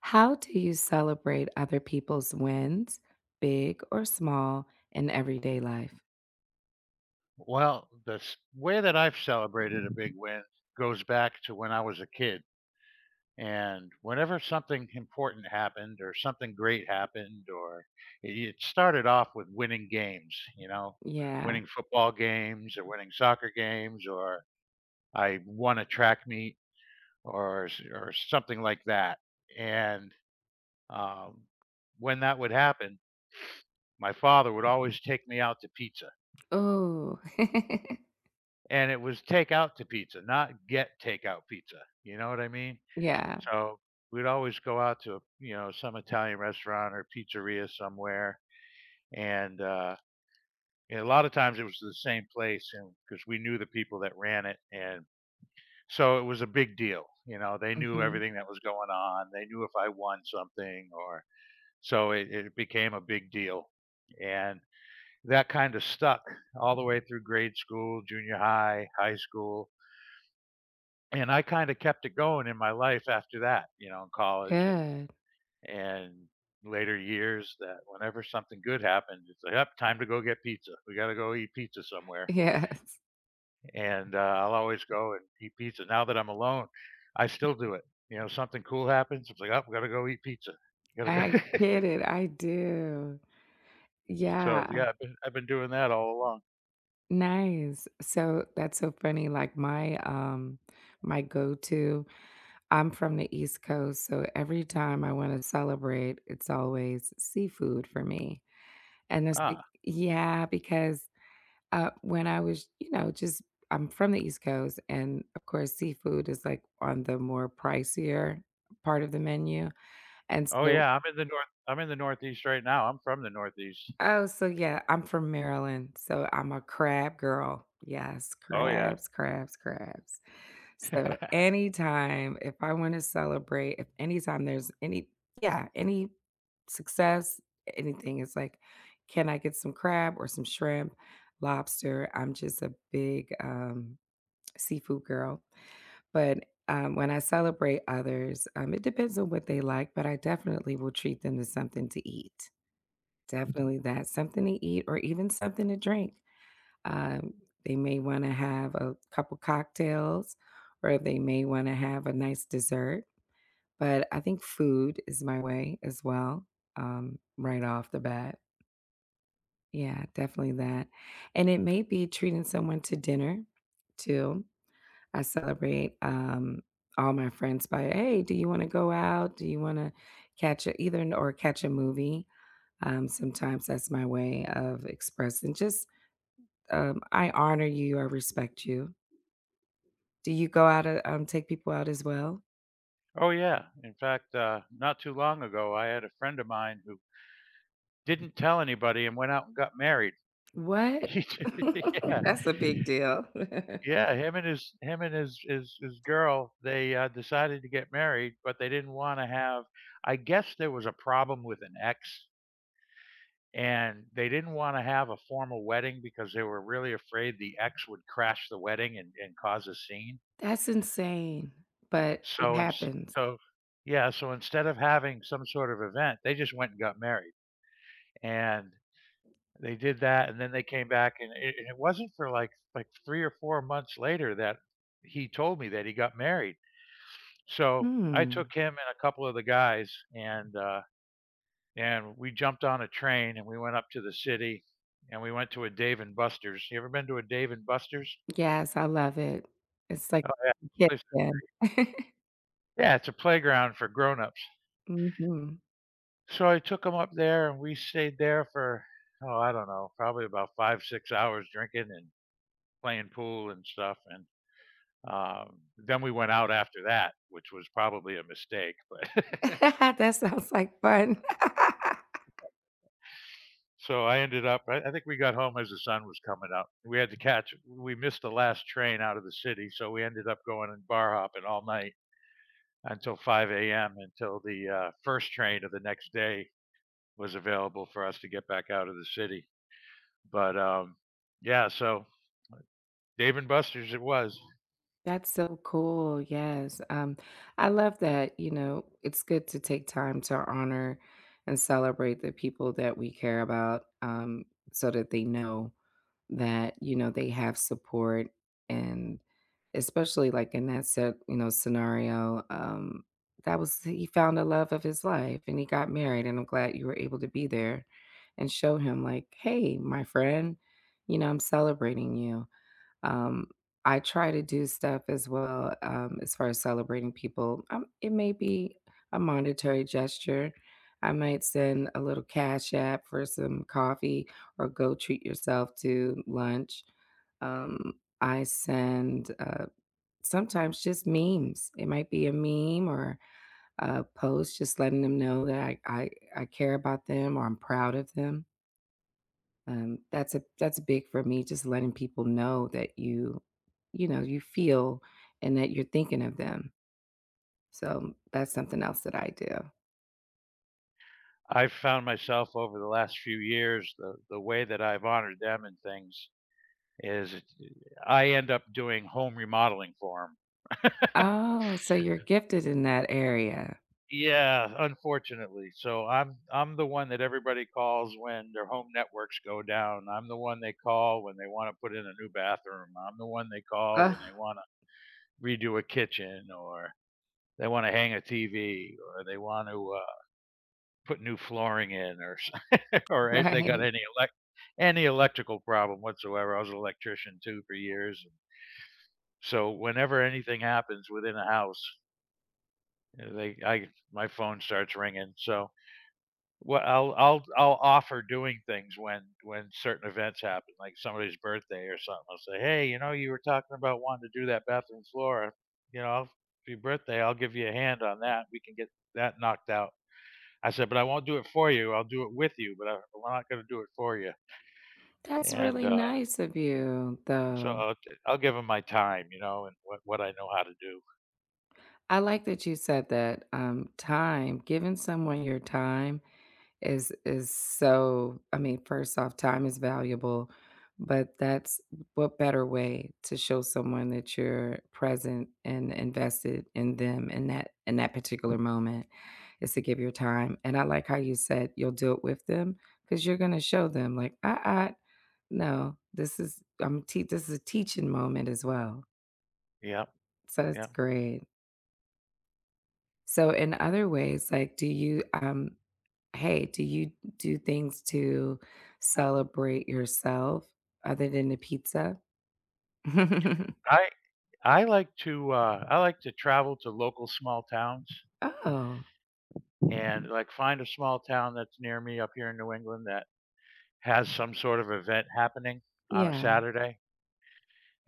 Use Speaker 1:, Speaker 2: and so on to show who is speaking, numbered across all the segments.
Speaker 1: How do you celebrate other people's wins, big or small, in everyday life?
Speaker 2: Well, the s way that I've celebrated a big win goes back to when I was a kid, and whenever something important happened or something great happened or it started off with winning games, you know,
Speaker 1: Yeah.
Speaker 2: winning football games or winning soccer games, or I won a track meet or s or something like that, and, um, when that would happen, my father would always take me out to pizza.
Speaker 1: Oh.
Speaker 2: And it was take out to pizza, not get takeout pizza. You know what I mean?
Speaker 1: Yeah.
Speaker 2: So we'd always go out to, you know, some Italian restaurant or pizzeria somewhere. And, uh, and a lot of times it was the same place and because we knew the people that ran it. And so it was a big deal. You know, they knew
Speaker 1: Mhm.
Speaker 2: everything that was going on. They knew if I won something or so it became a big deal. And that kind of stuck all the way through grade school, junior high, high school, and I kind of kept it going in my life after that, you know, in college
Speaker 1: Good.
Speaker 2: and later years that whenever something good happened, it's like, up time to go get pizza. We got to go eat pizza somewhere,
Speaker 1: Yes.
Speaker 2: and I'll always go and eat pizza. Now that I'm alone, I still do it. You know, something cool happens, it's like, oh, we got to go eat pizza. Gotta go.
Speaker 1: I get it. I do.
Speaker 2: So
Speaker 1: Yeah.
Speaker 2: yeah, I've been doing that all along.
Speaker 1: Nice. So that's so funny. Like my my go-to, I'm from the East Coast, so every time I want to celebrate, it's always seafood for me. And this, be
Speaker 2: Ah.
Speaker 1: yeah, because when I was, just I'm from the East Coast, and of course, seafood is like on the more pricier part of the menu, and
Speaker 2: Oh,
Speaker 1: so
Speaker 2: yeah, I'm in the Northeast right now, I'm from the Northeast.
Speaker 1: oh, so yeah, I'm from Maryland, so I'm a crab girl. Yes,
Speaker 2: Oh, yeah.
Speaker 1: crabs, crabs, crabs. So anytime if I want to celebrate, if anytime there's any, yeah, any success, anything, it's like, can I get some crab or some shrimp, lobster? I'm just a big seafood girl. But, when I celebrate others, it depends on what they like, but I definitely will treat them to something to eat. Definitely that, something to eat or even something to drink. Um, they may wanna have a couple cocktails or they may wanna have a nice dessert, but I think food is my way as well, right off the bat. Yeah, definitely that. And it may be treating someone to dinner too. I celebrate, all my friends by, "Hey, do you wanna go out? Do you wanna catch a either n or catch a movie?" Sometimes that's my way of expressing just, "I honor you, I respect you." Do you go out, take people out as well?
Speaker 2: Oh, yeah, in fact, not too long ago, I had a friend of mine who didn't tell anybody and went out and got married.
Speaker 1: What?
Speaker 2: He did- Yeah,
Speaker 1: That's a big deal.
Speaker 2: yeah, him and his girl, they, decided to get married, but they didn't wanna have I guess there was a problem with an ex, and they didn't wanna have a formal wedding because they were really afraid the ex would crash the wedding and cause a scene.
Speaker 1: That's insane, but it
Speaker 2: So ins
Speaker 1: happens.
Speaker 2: so yeah, so instead of having some sort of event, they just went and got married, and they did that, and then they came back, and it wasn't for, like, 3 or 4 months later that he told me that he got married. So, I
Speaker 1: Hmm.
Speaker 2: took him and a couple of the guys, and we jumped on a train, and we went up to the city, and we went to a Dave& and Buster's. You ever been to a Dave& and Buster's?
Speaker 1: Yes, I love it. It's like
Speaker 2: Oh, yeah.
Speaker 1: a kid
Speaker 2: Place.
Speaker 1: again.
Speaker 2: Yeah, it's a playground for grown-ups.
Speaker 1: Mhm.
Speaker 2: So I took him up there, and we stayed there for, oh, I don't know, probably about 5, 6 hours drinking and playing pool and stuff, and, then we went out after that, which was probably a mistake, but
Speaker 1: That sounds like fun.
Speaker 2: so I ended up I think we got home as the sun was coming up. We had to catch We missed the last train out of the city, so we ended up going and bar hopping all night until 5 a.m., until the, first train of the next day was available for us to get back out of the city, but, yeah, so Dave and Buster's it was.
Speaker 1: That's so cool, yes, I love that, you know, it's good to take time to honor and celebrate the people that we care about, so that they know that, you know, they have support and especially like in that set, you know, scenario, that was he found the love of his life and he got married and I'm glad you were able to be there and show him like, "Hey, my friend, you know, I'm celebrating you." Um, I try to do stuff as well, as far as celebrating people. It may be a monetary gesture. I might send a little cash app for some coffee or go treat yourself to lunch. Um, I send sometimes just memes. It might be a meme or a post just letting them know that I care about them or I'm proud of them that's a that's big for me, just letting people know that you know, you feel and that you're thinking of them. So that's something else that I do.
Speaker 2: I've found myself over the last few years, the way that I've honored them and things is I end up doing home remodeling for them.
Speaker 1: Oh, so you're gifted in that area.
Speaker 2: Yeah, unfortunately. So I'm the one that everybody calls when their home networks go down. I'm the one they call when they want to put in a new bathroom. I'm the one they call when
Speaker 1: Ugh,
Speaker 2: they want to redo a kitchen or they want to hang a TV or they want to put new flooring in or if they
Speaker 1: right.
Speaker 2: got any elect, any electrical problem whatsoever. I was an electrician too for years, and so whenever anything happens within a house, they I my phone starts ringing. So what I'll offer doing things when certain events happen, like somebody's birthday or something. I'll say, hey, you know, you were talking about wanting to do that bathroom floor. You know, I'll, for your birthday, I'll give you a hand on that. We can get that knocked out. I said, but I won't do it for you. I'll do it with you, but I'm not going to do it for you.
Speaker 1: That's
Speaker 2: And
Speaker 1: really
Speaker 2: uh,
Speaker 1: nice of you,
Speaker 2: So
Speaker 1: though.
Speaker 2: I'll give 'em my time, you know, and what I know how to do.
Speaker 1: I like that you said that time, giving someone your time is so I mean, first off, time is valuable, but that's what better way to show someone that you're present and invested in them in that particular moment is to give your time. And I like how you said you'll do it with them because you're gonna show them like, I no, this is this is a teaching moment as well.
Speaker 2: Yeah,
Speaker 1: So that's
Speaker 2: yeah.
Speaker 1: great. So in other ways, like, do you, hey, do you do things to celebrate yourself other than the pizza?
Speaker 2: I like to, I like to travel to local small towns
Speaker 1: Oh,
Speaker 2: and, like, find a small town that's near me up here in New England that has some sort of event happening on a
Speaker 1: yeah,
Speaker 2: Saturday,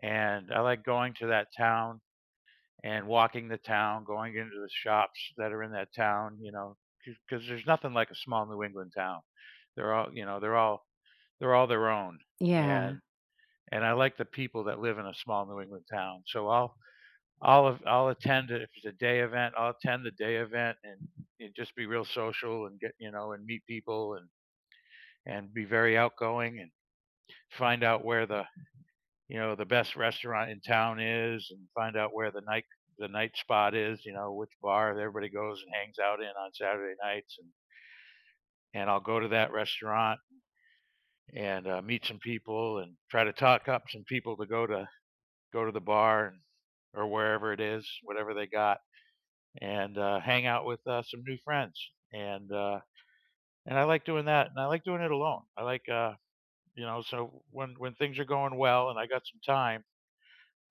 Speaker 2: and I like going to that town and walking the town, going into the shops that are in that town, you know, because there's nothing like a small New England town. They're all, you know, they're all their own,
Speaker 1: yeah.
Speaker 2: and and I like the people that live in a small New England town. So I'll attend it if it's a day event. I'll attend the day event and just be real social and get you know and meet people and be very outgoing and find out where the you know the best restaurant in town is and find out where the night spot is. You know which bar everybody goes and hangs out in on Saturday nights and I'll go to that restaurant and meet some people and try to talk up some people to go to the bar or wherever it is, whatever they got, and hang out with some new friends. And uh, and I like doing that, and I like doing it alone. I like you know, so when things are going well and I got some time,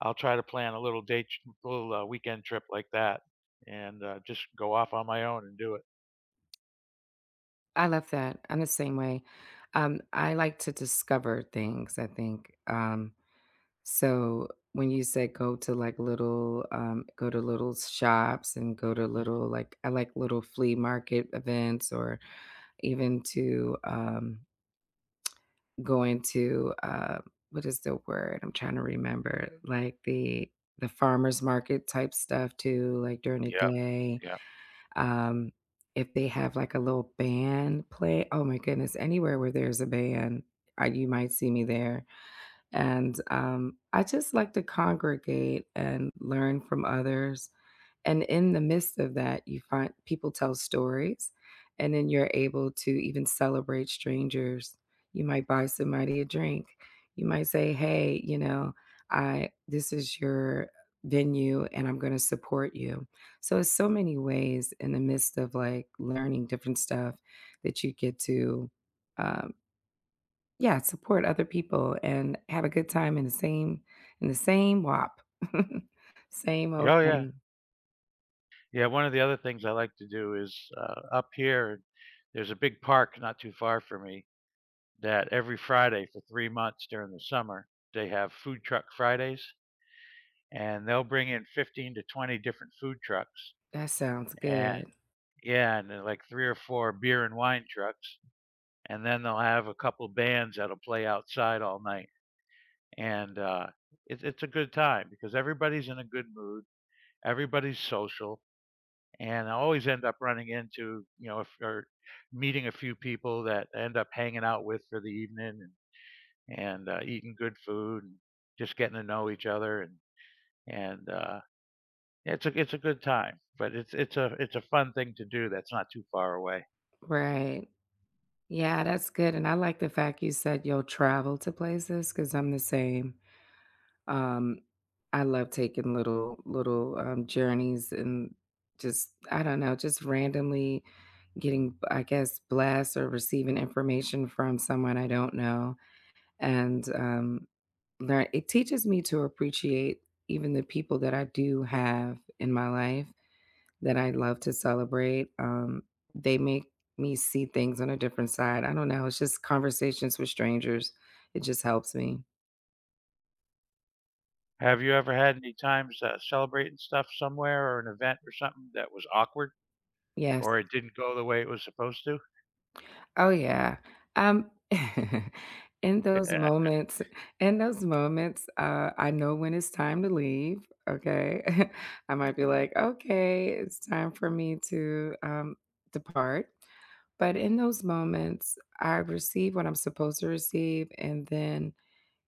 Speaker 2: I'll try to plan a little date, little weekend trip like that, and just go off on my own and do it.
Speaker 1: I love that. I'm the same way. I like to discover things, I think. So when you said go to, like, little, go to little shops and go to little, like I like little flea market events or even to, going to, what is the word? I'm trying to remember, like the farmer's market type stuff too, like during the
Speaker 2: Yeah,
Speaker 1: day.
Speaker 2: yeah,
Speaker 1: Um, if they have like a little band play, oh my goodness, anywhere where there's a band, I, you might see me there. And I just like to congregate and learn from others and in the midst of that, you find people tell stories, and then you're able to even celebrate strangers. You might buy somebody a drink. You might say, "Hey, you know, I this is your venue and I'm going to support you." So it's so many ways in the midst of like learning different stuff that you get to um yeah, support other people and have a good time in the same WAP. Same old
Speaker 2: yeah, oh, yeah,
Speaker 1: thing.
Speaker 2: yeah. One of the other things I like to do is up here. There's a big park not too far from me, that every Friday for 3 months during the summer, they have food truck Fridays and they'll bring in 15 to 20 different food trucks
Speaker 1: That sounds good.
Speaker 2: and yeah, and like three or four beer and wine trucks. And then they'll have a couple bands that'll play outside all night. And it's a good time because everybody's in a good mood, everybody's social. And I always end up running into, you know, if, or meeting a few people that I end up hanging out with for the evening. And eating good food and just getting to know each other and it's a good time. But it's a fun thing to do that's not too far away.
Speaker 1: Right. Yeah, that's good, and I like the fact you said you'll travel to places. Because 'cause I'm the same. Um, I love taking little little, journeys and just I don't know, just randomly getting, I guess, blessed or receiving information from someone I don't know, and, learn it teaches me to appreciate even the people that I do have in my life. That I love to celebrate. They make me see things on a different side. I don't know. It's just conversations with strangers. It just helps me.
Speaker 2: Have you ever had any times celebrating stuff somewhere or an event or something that was awkward
Speaker 1: Yes.
Speaker 2: or it didn't go the way it was supposed to?
Speaker 1: Oh yeah. Um in those
Speaker 2: Yeah.
Speaker 1: moments, in those moments, I know when it's time to leave. Okay. I might be like, okay, it's time for me to depart. But in those moments, I receive what I'm supposed to receive and then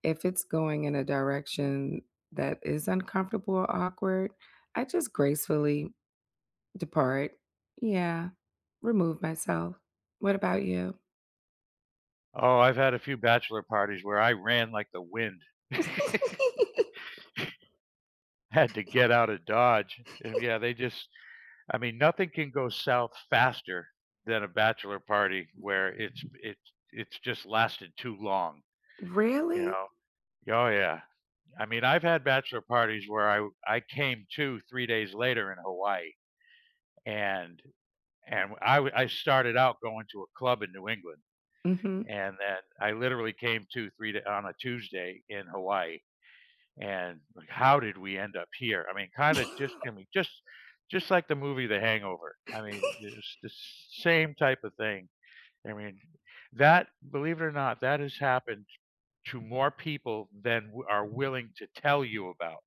Speaker 1: if it's going in a direction that is uncomfortable or awkward, I just gracefully depart. Yeah, remove myself. What about you?
Speaker 2: Oh, I've had a few bachelor parties where I ran like the wind. Had to get out of Dodge. And yeah, they just I mean, nothing can go south faster than a bachelor party where it's just lasted too long, you
Speaker 1: Really?
Speaker 2: know? Oh, yeah. I mean, I've had bachelor parties where I came to 3 days later in Hawaii, and I started out going to a club in New England,
Speaker 1: Hmm.
Speaker 2: and then I literally came to 3 da on a Tuesday in Hawaii. And like, how did we end up here? I mean, kind of just, I mean, just like the movie The Hangover. I mean, it's the same type of thing. I mean, that, believe it or not, that has happened to more people than are willing to tell you about.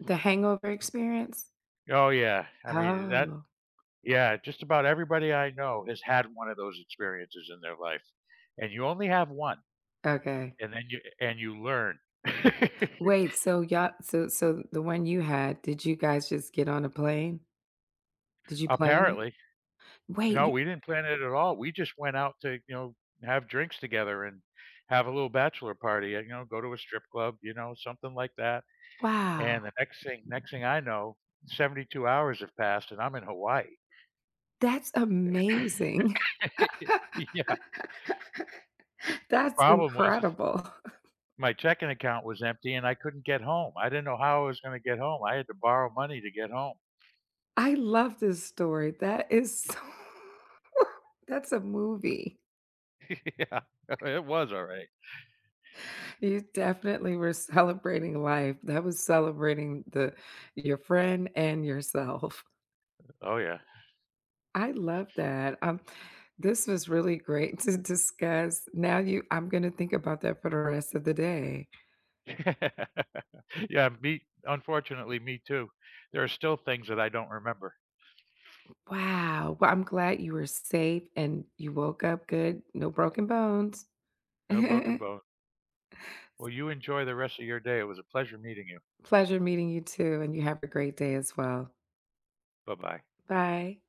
Speaker 1: The hangover experience?
Speaker 2: Oh yeah, I mean that.
Speaker 1: Oh,
Speaker 2: Yeah, just about everybody I know has had one of those experiences in their life, and you only have one,
Speaker 1: okay.
Speaker 2: and then you learn.
Speaker 1: Wait, so y'all, so so the one you had, did you guys just get on a plane? Did you plan it?
Speaker 2: Apparently.
Speaker 1: Wait,
Speaker 2: No,
Speaker 1: you,
Speaker 2: we didn't plan it at all. We just went out to, you know, have drinks together and have a little bachelor party, and, you know, go to a strip club, you know, something like that. And the
Speaker 1: wow,
Speaker 2: next thing I know, 72 hours have passed and I'm in Hawaii.
Speaker 1: that's amazing.
Speaker 2: Yeah, the
Speaker 1: That's
Speaker 2: problem was
Speaker 1: incredible.
Speaker 2: my checking account was empty and I couldn't get home. I didn't know how I was gonna get home. I had to borrow money to get home.
Speaker 1: I love this story. That is so that's a movie.
Speaker 2: Yeah, it was alright.
Speaker 1: You definitely were celebrating life. That was celebrating the your friend and yourself.
Speaker 2: Oh, yeah.
Speaker 1: I love that. This was really great to discuss. Now you I'm gonna think about that for the rest of the day.
Speaker 2: Yeah, me unfortunately, me too. There are still things that I don't remember.
Speaker 1: Wow. Well, I'm glad you were safe and you woke up good. No broken bones.
Speaker 2: No broken bone. Well, you enjoy the rest of your day. It was a pleasure meeting you.
Speaker 1: Pleasure meeting you too, and you have a great day as well.
Speaker 2: Bye-bye.
Speaker 1: Bye.